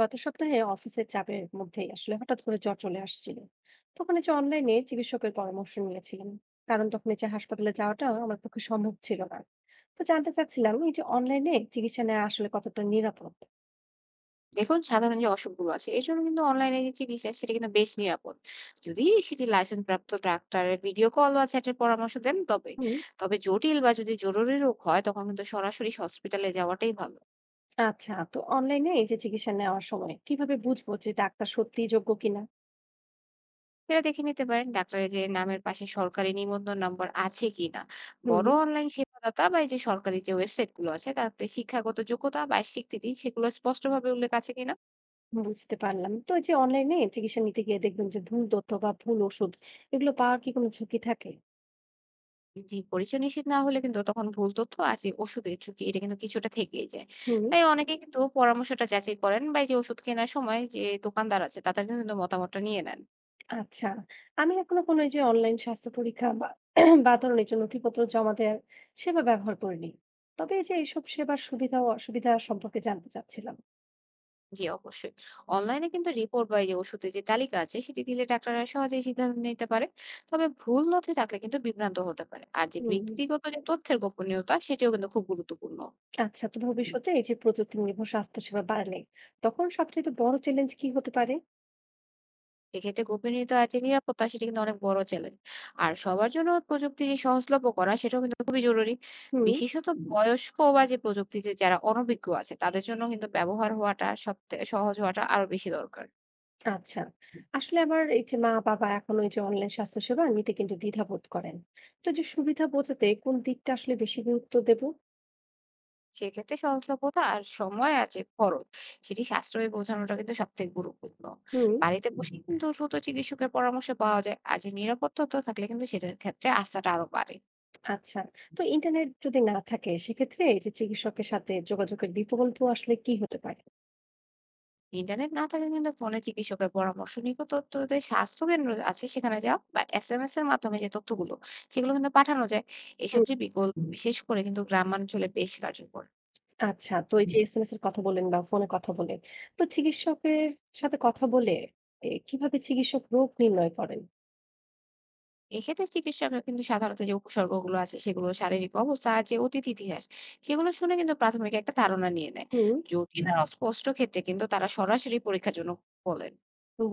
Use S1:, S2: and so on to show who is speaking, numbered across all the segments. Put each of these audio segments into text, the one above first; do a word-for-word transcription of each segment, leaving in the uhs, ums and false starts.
S1: গত সপ্তাহে অফিসের চাপের মধ্যেই আসলে হঠাৎ করে জ্বর চলে আসছিল। তখন এই যে অনলাইনে চিকিৎসকের পরামর্শ নিয়েছিলাম, কারণ তখন এই যে হাসপাতালে যাওয়াটা আমার পক্ষে সম্ভব ছিল না। তো জানতে চাচ্ছিলাম, এই যে অনলাইনে চিকিৎসা নেওয়া আসলে কতটা নিরাপদ।
S2: দেখুন সাধারণ যে অসুখগুলো আছে এর জন্য কিন্তু অনলাইনে যে চিকিৎসা সেটা কিন্তু বেশ নিরাপদ যদি সেটি লাইসেন্স প্রাপ্ত ডাক্তারের ভিডিও কল বা চ্যাটের পরামর্শ দেন তবে
S1: হুম।
S2: তবে জটিল বা যদি জরুরি রোগ হয় তখন কিন্তু সরাসরি হসপিটালে যাওয়াটাই ভালো।
S1: আচ্ছা, তো অনলাইনে এই যে চিকিৎসা নেওয়ার সময় কিভাবে বুঝবো যে ডাক্তার সত্যিই যোগ্য কিনা।
S2: সেটা দেখে নিতে পারেন ডাক্তারের যে নামের পাশে সরকারি নিবন্ধন নম্বর আছে কিনা।
S1: হুম।
S2: বড় অনলাইন সেবাদাতা বা এই যে সরকারি যে ওয়েবসাইট গুলো আছে তাতে শিক্ষাগত যোগ্যতা বা স্বীকৃতি সেগুলো স্পষ্টভাবে উল্লেখ আছে কিনা।
S1: বুঝতে পারলাম। তো এই যে অনলাইনে চিকিৎসা নিতে গিয়ে দেখবেন যে ভুল তথ্য বা ভুল ওষুধ, এগুলো পাওয়ার কি কোনো ঝুঁকি থাকে?
S2: জি, পরিচয় নিশ্চিত না হলে কিন্তু তখন ভুল তথ্য আর যে ওষুধের ঝুঁকি এটা কিন্তু কিছুটা থেকেই যায়।
S1: হুম।
S2: তাই অনেকে কিন্তু পরামর্শটা যাচাই করেন বা এই যে ওষুধ কেনার সময় যে দোকানদার আছে তাদের কিন্তু মতামতটা নিয়ে নেন।
S1: আচ্ছা। আমি এখনো কোনো এই যে অনলাইন স্বাস্থ্য পরীক্ষা বা, বা ধরুন এই যে নথিপত্র জমা দেওয়ার সেবা ব্যবহার করিনি। তবে এই যে এইসব সেবার সুবিধা ও অসুবিধা সম্পর্কে জানতে চাচ্ছিলাম।
S2: জি অবশ্যই। অনলাইনে কিন্তু রিপোর্ট বা এই যে ওষুধের যে তালিকা আছে সেটি দিলে ডাক্তাররা সহজেই সিদ্ধান্ত নিতে পারে। তবে ভুল নথি থাকলে কিন্তু বিভ্রান্ত হতে পারে। আর যে
S1: হুম।
S2: ব্যক্তিগত যে তথ্যের গোপনীয়তা সেটিও কিন্তু খুব গুরুত্বপূর্ণ।
S1: আচ্ছা, তো ভবিষ্যতে এই যে প্রযুক্তি নির্ভর স্বাস্থ্যসেবা বাড়লে তখন সবচাইতে বড় চ্যালেঞ্জ কি হতে পারে?
S2: সেক্ষেত্রে গোপনীয়তা আর যে নিরাপত্তা সেটা কিন্তু অনেক বড় চ্যালেঞ্জ। আর সবার জন্য প্রযুক্তি যে সহজলভ্য করা সেটাও কিন্তু খুবই জরুরি।
S1: হুম।
S2: বিশেষত হুম। বয়স্ক বা যে প্রযুক্তিতে যারা অনভিজ্ঞ আছে তাদের জন্য কিন্তু ব্যবহার হওয়াটা সবথে সহজ হওয়াটা আরো বেশি দরকার।
S1: আচ্ছা। আসলে আমার এই যে মা-বাবা এখন ওই যে অনলাইন স্বাস্থ্যসেবা নিতে কিন্তু দ্বিধাবোধ করেন। তো এই যে সুবিধা বোঝাতে কোন দিকটা আসলে বেশি গুরুত্ব দেব?
S2: সেক্ষেত্রে সহজলভ্যতা আর সময় আর যে খরচ সেটি সাশ্রয়ী বোঝানোটা কিন্তু সবথেকে গুরুত্বপূর্ণ।
S1: হুম।
S2: বাড়িতে বসে হুম। কিন্তু দ্রুত চিকিৎসকের পরামর্শ পাওয়া যায়। আর যে নিরাপত্তা তথ্য থাকলে কিন্তু সেটার ক্ষেত্রে আস্থাটা আরো বাড়ে।
S1: আচ্ছা। তো ইন্টারনেট যদি না থাকে সেক্ষেত্রে এই যে চিকিৎসকের সাথে যোগাযোগের বিকল্প আসলে কি হতে পারে?
S2: ইন্টারনেট না থাকলে কিন্তু ফোনে চিকিৎসকের পরামর্শ নিকট তথ্য যে স্বাস্থ্য কেন্দ্র আছে সেখানে যাওয়া বা এসএমএস এর মাধ্যমে যে তথ্যগুলো সেগুলো কিন্তু পাঠানো যায়। এইসব
S1: হুম।
S2: যে বিকল্প বিশেষ করে কিন্তু গ্রামাঞ্চলে বেশ কার্যকর।
S1: আচ্ছা, তো এই যে এসএমএস এর কথা বললেন বা ফোনে কথা বলে, তো চিকিৎসকের সাথে কথা বলে এ কিভাবে চিকিৎসক রোগ নির্ণয় করেন?
S2: এক্ষেত্রে চিকিৎসকরা কিন্তু সাধারণত যে উপসর্গগুলো আছে সেগুলো শারীরিক অবস্থা আর যে অতীত ইতিহাস সেগুলো শুনে কিন্তু প্রাথমিক একটা ধারণা নিয়ে নেয়।
S1: হুম।
S2: জটিল আর অস্পষ্ট ক্ষেত্রে কিন্তু তারা সরাসরি পরীক্ষার জন্য বলেন।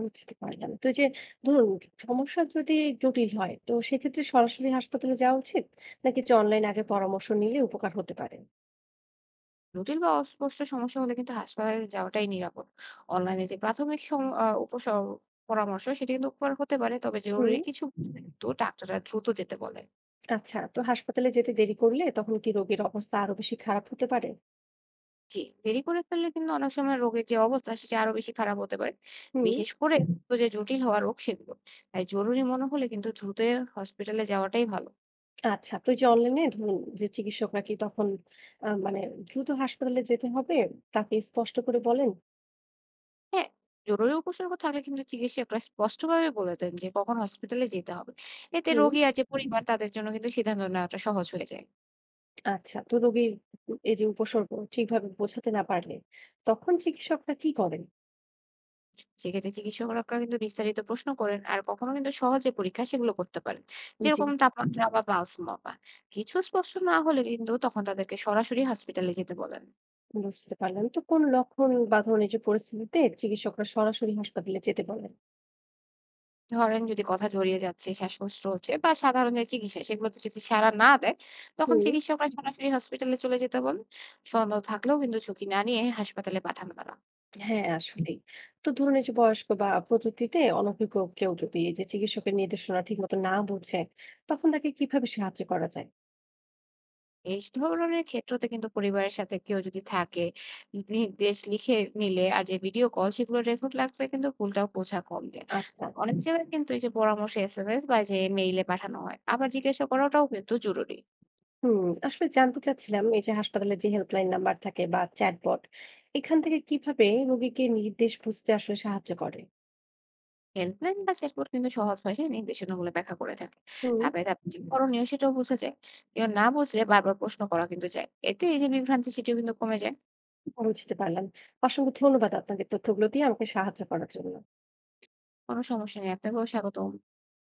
S1: বুঝতে পারলাম। তো এই যে ধরুন সমস্যা যদি জটিল হয় তো সেক্ষেত্রে সরাসরি হাসপাতালে যাওয়া উচিত? নাকি যে অনলাইন আগে পরামর্শ নিলে উপকার হতে পারে?
S2: জটিল বা অস্পষ্ট সমস্যা হলে কিন্তু হাসপাতালে যাওয়াটাই নিরাপদ। অনলাইনে যে প্রাথমিক সম আ উপসর্গ পরামর্শ সেটি কিন্তু উপকার হতে পারে। তবে
S1: হুম।
S2: জরুরি কিছু বুঝলে কিন্তু ডাক্তাররা দ্রুত যেতে বলে।
S1: আচ্ছা, তো হাসপাতালে যেতে দেরি করলে তখন কি রোগীর অবস্থা আরো বেশি খারাপ হতে পারে?
S2: জি, দেরি করে ফেললে কিন্তু অনেক সময় রোগের যে অবস্থা সেটি আরো বেশি খারাপ হতে পারে।
S1: হুম।
S2: বিশেষ করে তো যে জটিল হওয়া রোগ সেগুলো। তাই জরুরি মনে হলে কিন্তু দ্রুত হসপিটালে যাওয়াটাই ভালো।
S1: আচ্ছা, তো ওই যে অনলাইনে ধরুন যে চিকিৎসকরা কি তখন আ মানে দ্রুত হাসপাতালে যেতে হবে তাকে স্পষ্ট করে বলেন?
S2: হ্যাঁ, জরুরি উপসর্গ থাকলে কিন্তু চিকিৎসকরা স্পষ্টভাবে বলে দেন যে কখন হসপিটালে যেতে হবে। এতে
S1: হুম।
S2: রোগী আর যে পরিবার তাদের জন্য কিন্তু সিদ্ধান্ত নেওয়াটা সহজ হয়ে যায়।
S1: আচ্ছা, তো রোগীর এই যে উপসর্গ ঠিকভাবে বোঝাতে না পারলে তখন চিকিৎসকরা কি করেন?
S2: সেক্ষেত্রে চিকিৎসকরা কিন্তু বিস্তারিত প্রশ্ন করেন আর কখনো কিন্তু সহজে পরীক্ষা সেগুলো করতে পারেন,
S1: জি।
S2: যেরকম তাপমাত্রা বা পালস মাপা। কিছু স্পষ্ট না হলে কিন্তু তখন তাদেরকে সরাসরি হসপিটালে যেতে বলেন।
S1: বুঝতে পারলাম। তো কোন লক্ষণ বা ধরুন এই যে পরিস্থিতিতে চিকিৎসকরা সরাসরি হাসপাতালে যেতে বলেন?
S2: ধরেন যদি কথা জড়িয়ে যাচ্ছে শ্বাসকষ্ট হচ্ছে বা সাধারণ যে চিকিৎসা সেগুলোতে যদি সাড়া না দেয় তখন
S1: হুম।
S2: চিকিৎসকরা সরাসরি হসপিটালে চলে যেতে বলেন। সন্দেহ থাকলেও কিন্তু ঝুঁকি না নিয়ে হাসপাতালে পাঠানো তারা।
S1: হ্যাঁ, আসলেই। তো ধরুন এই যে বয়স্ক বা প্রযুক্তিতে অনভিজ্ঞ কেউ যদি এই যে চিকিৎসকের নির্দেশনা ঠিকমতো না বোঝে, তখন তাকে কিভাবে সাহায্য করা যায়?
S2: এই ধরনের ক্ষেত্রতে কিন্তু পরিবারের সাথে কেউ যদি থাকে, নির্দেশ লিখে নিলে আর যে ভিডিও কল সেগুলো রেকর্ড রাখলে কিন্তু ভুলটাও বোঝা কম যায়। অ
S1: আচ্ছা।
S2: অনেক জায়গায় কিন্তু এই যে পরামর্শ এসএমএস বা যে মেইলে পাঠানো হয়। আবার জিজ্ঞাসা করাটাও কিন্তু জরুরি।
S1: হুম, আসলে জানতে চাচ্ছিলাম এই যে হাসপাতালে যে হেল্পলাইন নাম্বার থাকে বা চ্যাটবট, এখান থেকে কিভাবে রোগীকে নির্দেশ বুঝতে আসলে সাহায্য করে।
S2: হেল্পলাইন বা চ্যাটবট কিন্তু সহজ ভাষায় নির্দেশনাগুলো ব্যাখ্যা করে থাকে।
S1: হুম।
S2: ধাপে, ধাপে যে হুম। করণীয় সেটাও বোঝা যায়। কেউ না বুঝলে বারবার প্রশ্ন করা কিন্তু যায়। এতে এই যে বিভ্রান্তি সেটিও কিন্তু কমে যায়।
S1: বুঝতে পারলাম। অসংখ্য ধন্যবাদ আপনাকে তথ্যগুলো দিয়ে আমাকে সাহায্য করার জন্য।
S2: কোনো সমস্যা নেই। আপনাকেও স্বাগতম।